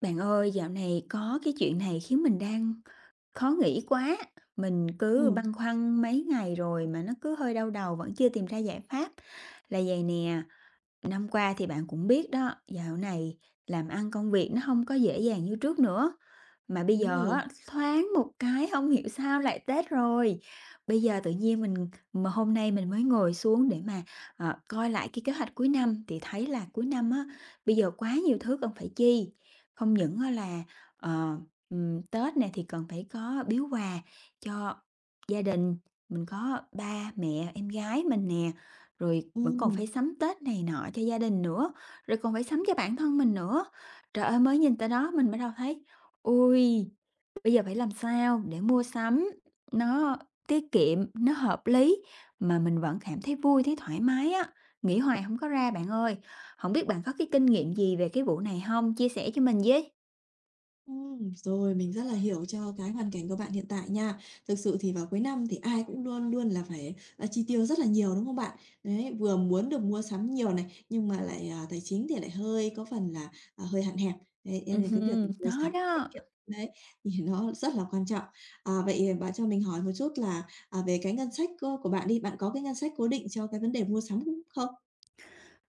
Bạn ơi, dạo này có cái chuyện này khiến mình đang khó nghĩ quá. Mình Ừ, cứ băn khoăn mấy ngày rồi mà nó cứ hơi đau đầu vẫn chưa tìm ra giải pháp. Là vậy nè, năm qua thì bạn cũng biết đó, dạo này làm ăn công việc nó không có dễ dàng như trước nữa. Mà bây đúng giờ rồi. á, thoáng một cái không hiểu sao lại Tết rồi. Bây giờ tự nhiên mình mà hôm nay mình mới ngồi xuống để mà, coi lại cái kế hoạch cuối năm thì thấy là cuối năm á, bây giờ quá nhiều thứ cần phải chi. Không những á là, ờ, Tết này thì cần phải có biếu quà cho gia đình, mình có ba mẹ, em gái mình nè, rồi vẫn còn ừ phải sắm Tết này nọ cho gia đình nữa, rồi còn phải sắm cho bản thân mình nữa. Trời ơi, mới nhìn tới đó mình bắt đầu thấy, ui bây giờ phải làm sao để mua sắm nó tiết kiệm, nó hợp lý mà mình vẫn cảm thấy vui, thấy thoải mái á. Nghĩ hoài không có ra bạn ơi. Không biết bạn có cái kinh nghiệm gì về cái vụ này không? Chia sẻ cho mình với. Rồi, mình rất là hiểu cho cái hoàn cảnh của bạn hiện tại nha. Thực sự thì vào cuối năm thì ai cũng luôn luôn là phải, chi tiêu rất là nhiều, đúng không bạn? Đấy, vừa muốn được mua sắm nhiều này, nhưng mà lại, tài chính thì lại hơi có phần là, hơi hạn hẹp. Đấy, cho nên cái việc Ừm, mua đó sắm tiết đó. kiệm, đấy, thì nó rất là quan trọng. Vậy bạn cho mình hỏi một chút là, về cái ngân sách, của bạn đi, bạn có cái ngân sách cố định cho cái vấn đề mua sắm không?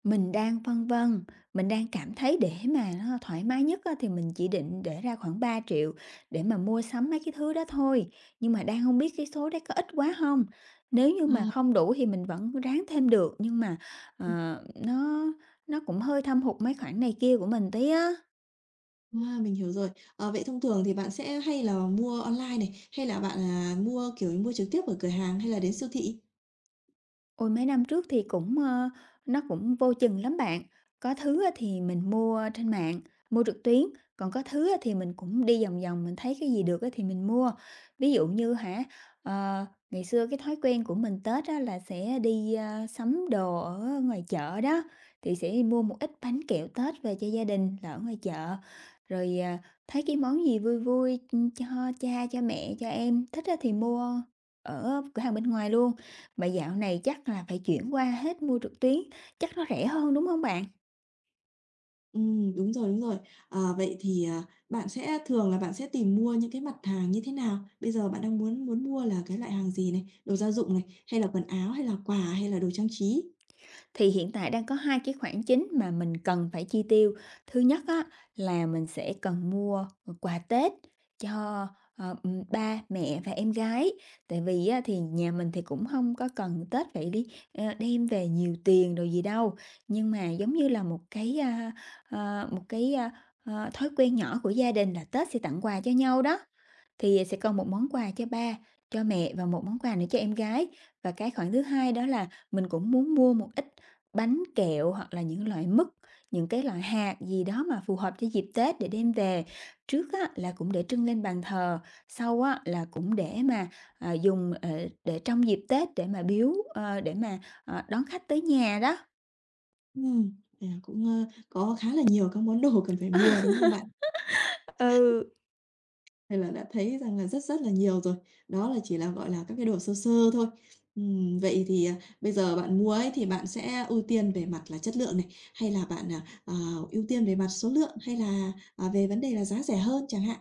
Mình đang phân vân, mình đang cảm thấy để mà nó thoải mái nhất á, thì mình chỉ định để ra khoảng 3 triệu để mà mua sắm mấy cái thứ đó thôi, nhưng mà đang không biết cái số đấy có ít quá không. Nếu như À. mà không đủ thì mình vẫn ráng thêm được, nhưng mà, ờ, nó nó cũng hơi thâm hụt mấy khoản này kia của mình tí á. À, mình hiểu rồi. Ờ, vậy thông thường thì bạn sẽ hay là mua online này, hay là bạn, mua, kiểu, như mua trực tiếp ở cửa hàng hay là đến siêu thị? Ôi, mấy năm trước thì cũng, nó cũng vô chừng lắm bạn. Có thứ á thì mình mua trên mạng, mua trực tuyến, còn có thứ á thì mình cũng đi vòng vòng, mình thấy cái gì được á thì mình mua. Ví dụ như hả, ờ, ngày xưa cái thói quen của mình Tết á là sẽ đi sắm đồ ở ngoài chợ đó, thì sẽ mua một ít bánh kẹo Tết về cho gia đình là ở ngoài chợ. Rồi, thấy cái món gì vui vui, cho cha, cho mẹ, cho em thích á thì mua ở cửa hàng bên ngoài luôn. Mà dạo này chắc là phải chuyển qua hết mua trực tuyến, chắc nó rẻ hơn, đúng không bạn? Đúng rồi, đúng rồi. Ờ, vậy thì, bạn sẽ thường là bạn sẽ tìm mua những cái mặt hàng như thế nào? Bây giờ bạn đang muốn muốn mua là cái loại hàng gì này? Đồ gia dụng này, hay là quần áo, hay là quà, hay là đồ trang trí? Thì hiện tại đang có 2 cái khoản chính mà mình cần phải chi tiêu. Thứ nhất á, là mình sẽ cần mua quà Tết cho ba mẹ và em gái, tại vì á, thì nhà mình thì cũng không có cần Tết phải đi đem về nhiều tiền đồ gì đâu. Nhưng mà giống như là một cái, thói quen nhỏ của gia đình là Tết sẽ tặng quà cho nhau đó. Thì sẽ còn một món quà cho ba, cho mẹ và một món quà nữa cho em gái. Và cái khoản thứ hai đó là mình cũng muốn mua một ít bánh kẹo hoặc là những loại mứt, những cái loại hạt gì đó mà phù hợp cho dịp Tết để đem về. Trước á, là cũng để trưng lên bàn thờ, sau á, là cũng để mà, dùng, để trong dịp Tết để mà biếu, đón khách tới nhà đó. Ừm, cũng, có khá là nhiều các món đồ cần phải mua, đúng không bạn? Ừ. Nên là đã thấy rằng là rất rất là nhiều rồi. Đó là chỉ là, gọi là, các cái đồ sơ sơ thôi. Vậy thì, bây giờ bạn mua ấy thì bạn sẽ ưu tiên về mặt là chất lượng này, hay là bạn, ưu tiên về mặt số lượng, hay là, về vấn đề là giá rẻ hơn chẳng hạn?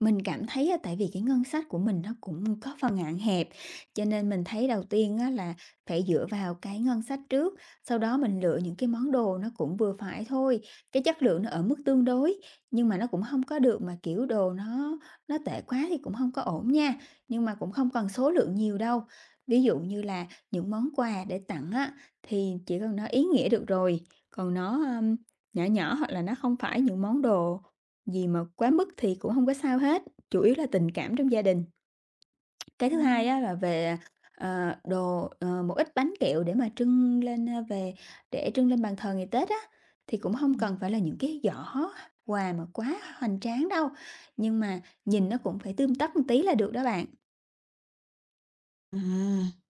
Mình cảm thấy á, tại vì cái ngân sách của mình nó cũng có phần hạn hẹp, cho nên mình thấy đầu tiên á, là phải dựa vào cái ngân sách trước, sau đó mình lựa những cái món đồ nó cũng vừa phải thôi, cái chất lượng nó ở mức tương đối, nhưng mà nó cũng không có được mà, kiểu, đồ nó tệ quá thì cũng không có ổn nha, nhưng mà cũng không cần số lượng nhiều đâu. Ví dụ như là những món quà để tặng á, thì chỉ cần nó ý nghĩa được rồi, còn nó, nhỏ nhỏ hoặc là nó không phải những món đồ gì mà quá mức thì cũng không có sao hết, chủ yếu là tình cảm trong gia đình. Cái thứ hai á Ừm. là về, đồ, một ít bánh kẹo để mà trưng lên, về để trưng lên bàn thờ ngày Tết á, thì cũng không Ừm. cần phải là những cái giỏ quà mà quá hoành tráng đâu, nhưng mà nhìn nó cũng phải tươm tất một tí là được đó bạn. À,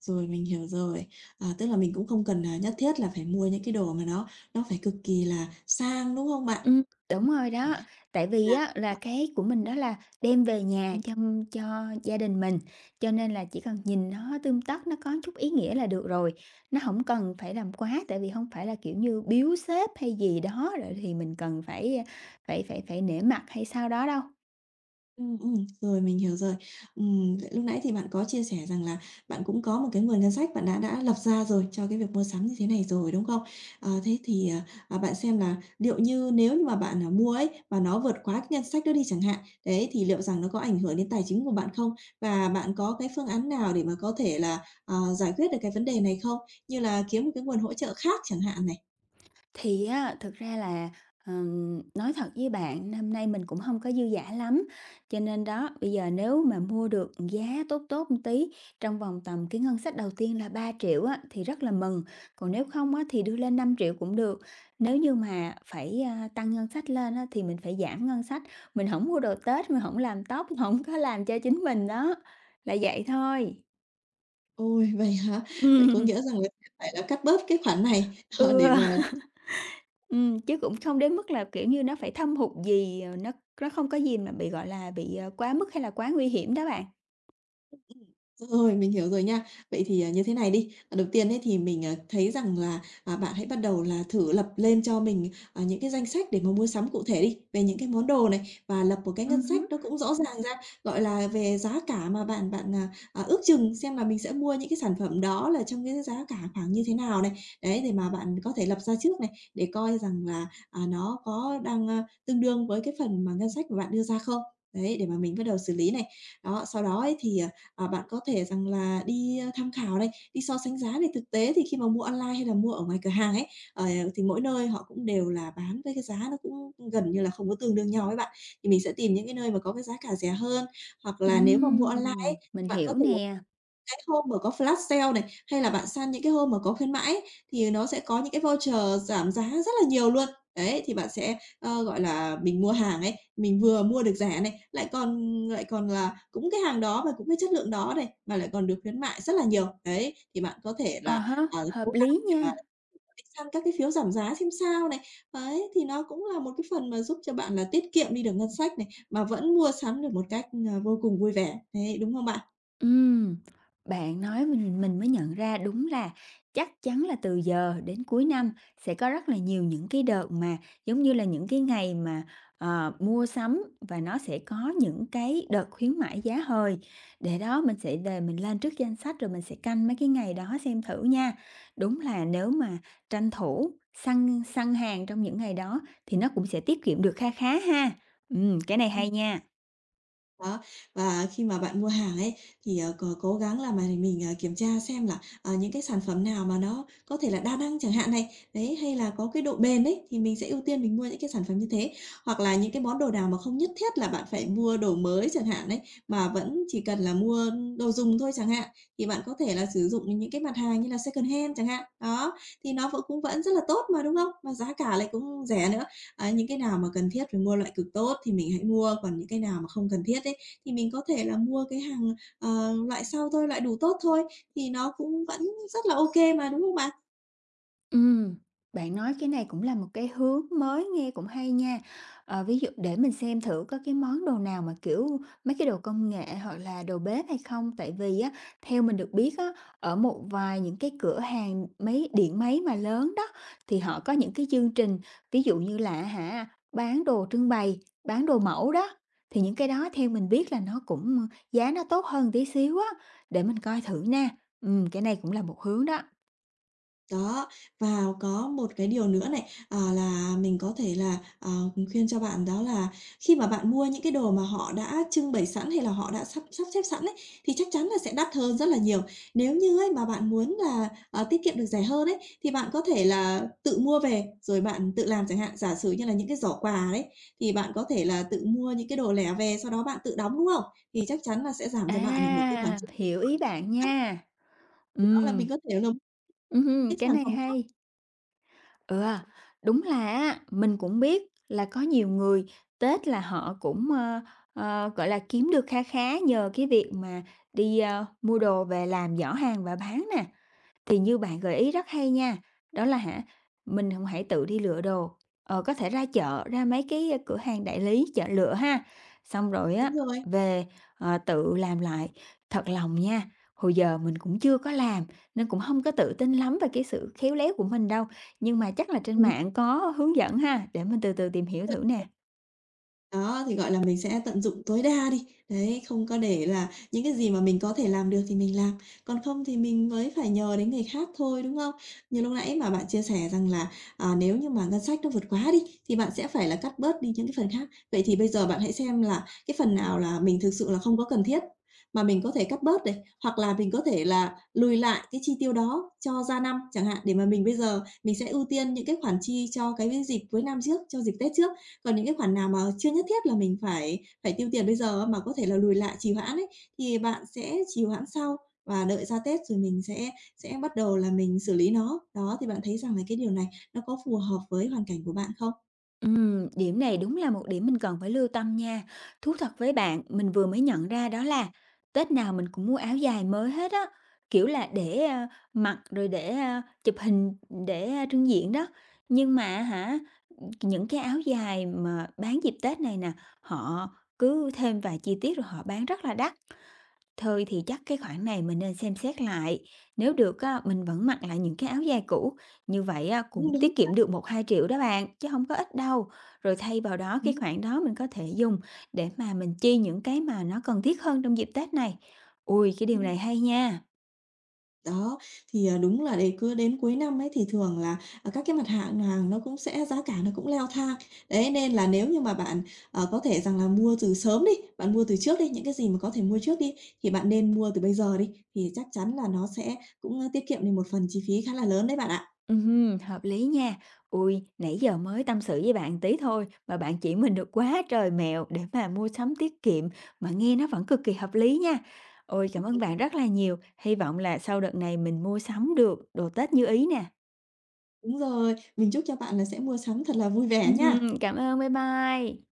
rồi, mình hiểu rồi. À, tức là mình cũng không cần, nhất thiết là phải mua những cái đồ mà nó phải cực kỳ là sang, đúng không bạn? Ừm, đúng rồi đó. Tại vì Là á là à, cái của mình đó là đem về nhà cho gia đình mình, cho nên là chỉ cần nhìn nó tươm tất, nó có chút ý nghĩa là được rồi. Nó không cần phải làm quá, tại vì không phải là, kiểu như, biếu sếp hay gì đó rồi thì mình cần phải, phải nể mặt hay sao đó đâu. ừm, rồi, mình hiểu rồi. Vậy lúc nãy thì bạn có chia sẻ rằng là bạn cũng có một cái nguồn ngân sách bạn đã lập ra rồi cho cái việc mua sắm như thế này rồi, đúng không? Ờ, thế thì, bạn xem là liệu như nếu như mà bạn, mua ấy và nó vượt quá cái ngân sách đó đi chẳng hạn, đấy, thì liệu rằng nó có ảnh hưởng đến tài chính của bạn không? Và bạn có cái phương án nào để mà có thể là, giải quyết được cái vấn đề này không? Như là kiếm một cái nguồn hỗ trợ khác chẳng hạn này. Thì á, thực ra là, nói thật với bạn, năm nay mình cũng không có dư dả lắm, cho nên đó, bây giờ nếu mà mua được giá tốt tốt một tí, trong vòng tầm cái ngân sách đầu tiên là 3 triệu á, thì rất là mừng, còn nếu không á, thì đưa lên 5 triệu cũng được. Nếu như mà phải tăng ngân sách lên á, thì mình phải giảm ngân sách, mình không mua đồ Tết, mình không làm tóc, không có làm cho chính mình đó, là vậy thôi. Ôi, vậy hả? Vậy có Ừm, nghĩa rằng là sẽ phải là cắt bớt cái khoản này, ừ. ờ, để mà Chứ cũng không đến mức là, kiểu như, nó phải thâm hụt gì, nó không có gì mà bị, gọi là, bị, quá mức hay là quá nguy hiểm đó bạn. rồi, mình hiểu rồi nha. Vậy thì, như thế này đi, đầu tiên ấy thì mình, thấy rằng là, bạn hãy bắt đầu là thử lập lên cho mình, những cái danh sách để mà mua sắm cụ thể đi, về những cái món đồ này và lập một cái ngân sách Hứm. nó cũng rõ ràng ra, gọi là, về giá cả mà bạn bạn, ước chừng xem là mình sẽ mua những cái sản phẩm đó là trong cái giá cả khoảng như thế nào này. Đấy, để mà bạn có thể lập ra trước này, để coi rằng là, nó có đang, tương đương với cái phần mà ngân sách của bạn đưa ra không? Đấy, để mà mình bắt đầu xử lý này. Đó, sau đó ấy thì, à. Ờ, bạn có thể rằng là đi, tham khảo này, đi so sánh giá này. Thực tế thì khi mà mua online hay là mua ở ngoài cửa hàng ấy, ờ, thì mỗi nơi họ cũng đều là bán với cái giá nó cũng gần như là không có tương đương nhau ấy bạn. Thì mình sẽ tìm những cái nơi mà có cái giá cả rẻ hơn, hoặc là nếu mà mua online ấy, Mình thì bạn có hiểu thể nè. cái hôm mà có flash sale này, hay là bạn săn những cái hôm mà có khuyến mãi ấy, thì nó sẽ có những cái voucher giảm giá rất là nhiều luôn. Đấy, thì bạn sẽ, gọi là, mình mua hàng ấy, mình vừa mua được rẻ này, lại còn là cũng cái hàng đó và cũng cái chất lượng đó này, mà lại còn được khuyến mại rất là nhiều. Đấy, thì bạn có thể À là, há. Hợp cố gắng lý để mà nha. đi săn các cái phiếu giảm giá xem sao này. Đấy, thì nó cũng là một cái phần mà giúp cho bạn là tiết kiệm đi được ngân sách này, mà vẫn mua sắm được một cách, vô cùng vui vẻ. Đấy, đúng không bạn? Ừm, bạn nói mình mới nhận ra đúng là chắc chắn là từ giờ đến cuối năm sẽ có rất là nhiều những cái đợt mà giống như là những cái ngày mà, mua sắm và nó sẽ có những cái đợt khuyến mãi giá hời. Để đó mình sẽ về mình lên trước danh sách rồi mình sẽ canh mấy cái ngày đó xem thử nha. Đúng là nếu mà tranh thủ săn săn hàng trong những ngày đó thì nó cũng sẽ tiết kiệm được kha khá ha. Cái này hay nha. Đó, và khi mà bạn mua hàng ấy thì, ờ, c cố gắng là mà mình, kiểm tra xem là, những cái sản phẩm nào mà nó có thể là đa năng chẳng hạn này, đấy, hay là có cái độ bền đấy thì mình sẽ ưu tiên mình mua những cái sản phẩm như thế. Hoặc là những cái món đồ nào mà không nhất thiết là bạn phải mua đồ mới chẳng hạn đấy mà vẫn chỉ cần là mua đồ dùng thôi chẳng hạn, thì bạn có thể là sử dụng những cái mặt hàng như là second hand chẳng hạn. Đó, thì nó vẫn rất là tốt mà, đúng không? Mà giá cả lại cũng rẻ nữa. Á, những cái nào mà cần thiết phải mua loại cực tốt thì mình hãy mua, còn những cái nào mà không cần thiết ấy, thì mình có thể là mua cái hàng, loại sau thôi, loại đủ tốt thôi, thì nó cũng vẫn rất là ok mà, đúng không bạn? Ừm, bạn nói cái này cũng là một cái hướng mới nghe cũng hay nha. Ờ, ví dụ để mình xem thử có cái món đồ nào mà, kiểu, mấy cái đồ công nghệ hoặc là đồ bếp hay không. Tại vì á, theo mình được biết á, ở một vài những cái cửa hàng mấy điện máy mà lớn đó, thì họ có những cái chương trình, ví dụ như là hả, bán đồ trưng bày, bán đồ mẫu đó, thì những cái đó theo mình biết là nó cũng giá nó tốt hơn tí xíu á, để mình coi thử nha. Cái này cũng là một hướng đó. Đó, và có một cái điều nữa này, là mình có thể là, khuyên cho bạn đó là khi mà bạn mua những cái đồ mà họ đã trưng bày sẵn hay là họ đã sắp sắp xếp sẵn ấy, thì chắc chắn là sẽ đắt hơn rất là nhiều. Nếu như ấy mà bạn muốn là, tiết kiệm được rẻ hơn ấy, thì bạn có thể là tự mua về rồi bạn tự làm chẳng hạn. Giả sử như là những cái giỏ quà đấy, thì bạn có thể là tự mua những cái đồ lẻ về, sau đó bạn tự đóng, đúng không? Thì chắc chắn là sẽ giảm cho bạn là một cái khoản À, chi phí. hiểu ý bạn À, nha. đó là Ừm, mình có thể là một ừm, cái cái sản này phẩm khác. hay. Ừ, đúng là á, mình cũng biết là có nhiều người Tết là họ cũng, gọi là, kiếm được kha khá nhờ cái việc mà đi mua đồ về làm giỏ hàng và bán nè. Thì như bạn gợi ý rất hay nha, đó là hả, mình không hãy tự đi lựa đồ, có thể ra chợ, ra mấy cái cửa hàng đại lý chợ lựa ha, xong rồi á, Đúng rồi. về, tự làm lại. Thật lòng nha, hồi giờ mình cũng chưa có làm nên cũng không có tự tin lắm về cái sự khéo léo của mình đâu, nhưng mà chắc là trên Đúng rồi. mạng có hướng dẫn ha, để mình từ từ tìm hiểu thử nè. Đó, thì, gọi là, mình sẽ tận dụng tối đa đi, đấy, không có để là những cái gì mà mình có thể làm được thì mình làm, còn không thì mình mới phải nhờ đến người khác thôi, đúng không? Như lúc nãy mà bạn chia sẻ rằng là, nếu như mà ngân sách nó vượt quá đi, thì bạn sẽ phải là cắt bớt đi những cái phần khác. Vậy thì bây giờ bạn hãy xem là cái phần nào là mình thực sự là không có cần thiết, mà mình có thể cắt bớt này, hoặc là mình có thể là lùi lại cái chi tiêu đó cho ra năm chẳng hạn, để mà mình bây giờ mình sẽ ưu tiên những cái khoản chi cho cái dịp cuối năm trước, cho dịp Tết trước. Còn những cái khoản nào mà chưa nhất thiết là mình phải phải tiêu tiền bây giờ mà có thể là lùi lại, trì hoãn ấy, thì bạn sẽ trì hoãn sau và đợi ra Tết rồi mình sẽ bắt đầu là mình xử lý nó. Đó, thì bạn thấy rằng là cái điều này nó có phù hợp với hoàn cảnh của bạn không? Điểm này đúng là một điểm mình cần phải lưu tâm nha. Thú thật với bạn, mình vừa mới nhận ra đó là Tết nào mình cũng mua áo dài mới hết á, kiểu là, để mặc rồi để chụp hình, để trưng diện đó. Nhưng mà hả, những cái áo dài mà bán dịp Tết này nè, họ cứ thêm vài chi tiết rồi họ bán rất là đắt. Thôi thì chắc cái khoản này mình nên xem xét lại, nếu được á, mình vẫn mặc lại những cái áo dài cũ, như vậy á, Đúng, cũng đúng, tiết kiệm được 1-2 triệu đó bạn, chứ không có ít đâu. Rồi thay vào đó cái đúng. khoản đó mình có thể dùng để mà mình chi những cái mà nó cần thiết hơn trong dịp Tết này. Ui, cái điều này hay nha! Đó, thì, đúng là để cứ đến cuối năm ấy thì thường là, các cái mặt hạng hàng nó cũng sẽ giá cả nó cũng leo thang. Đấy, nên là nếu như mà bạn, có thể rằng là mua từ sớm đi, bạn mua từ trước đi, những cái gì mà có thể mua trước đi, thì bạn nên mua từ bây giờ đi, thì chắc chắn là nó sẽ cũng, tiết kiệm đi một phần chi phí khá là lớn đấy bạn ạ. Hợp lý nha. Ui, nãy giờ mới tâm sự với bạn tí thôi mà bạn chỉ mình được quá trời mẹo để mà mua sắm tiết kiệm mà nghe nó vẫn cực kỳ hợp lý nha. Ôi, cảm ơn bạn rất là nhiều. Hy vọng là sau đợt này mình mua sắm được đồ Tết như ý nè. Đúng rồi, mình chúc cho bạn là sẽ mua sắm thật là vui vẻ nha. Cảm ơn, bye bye.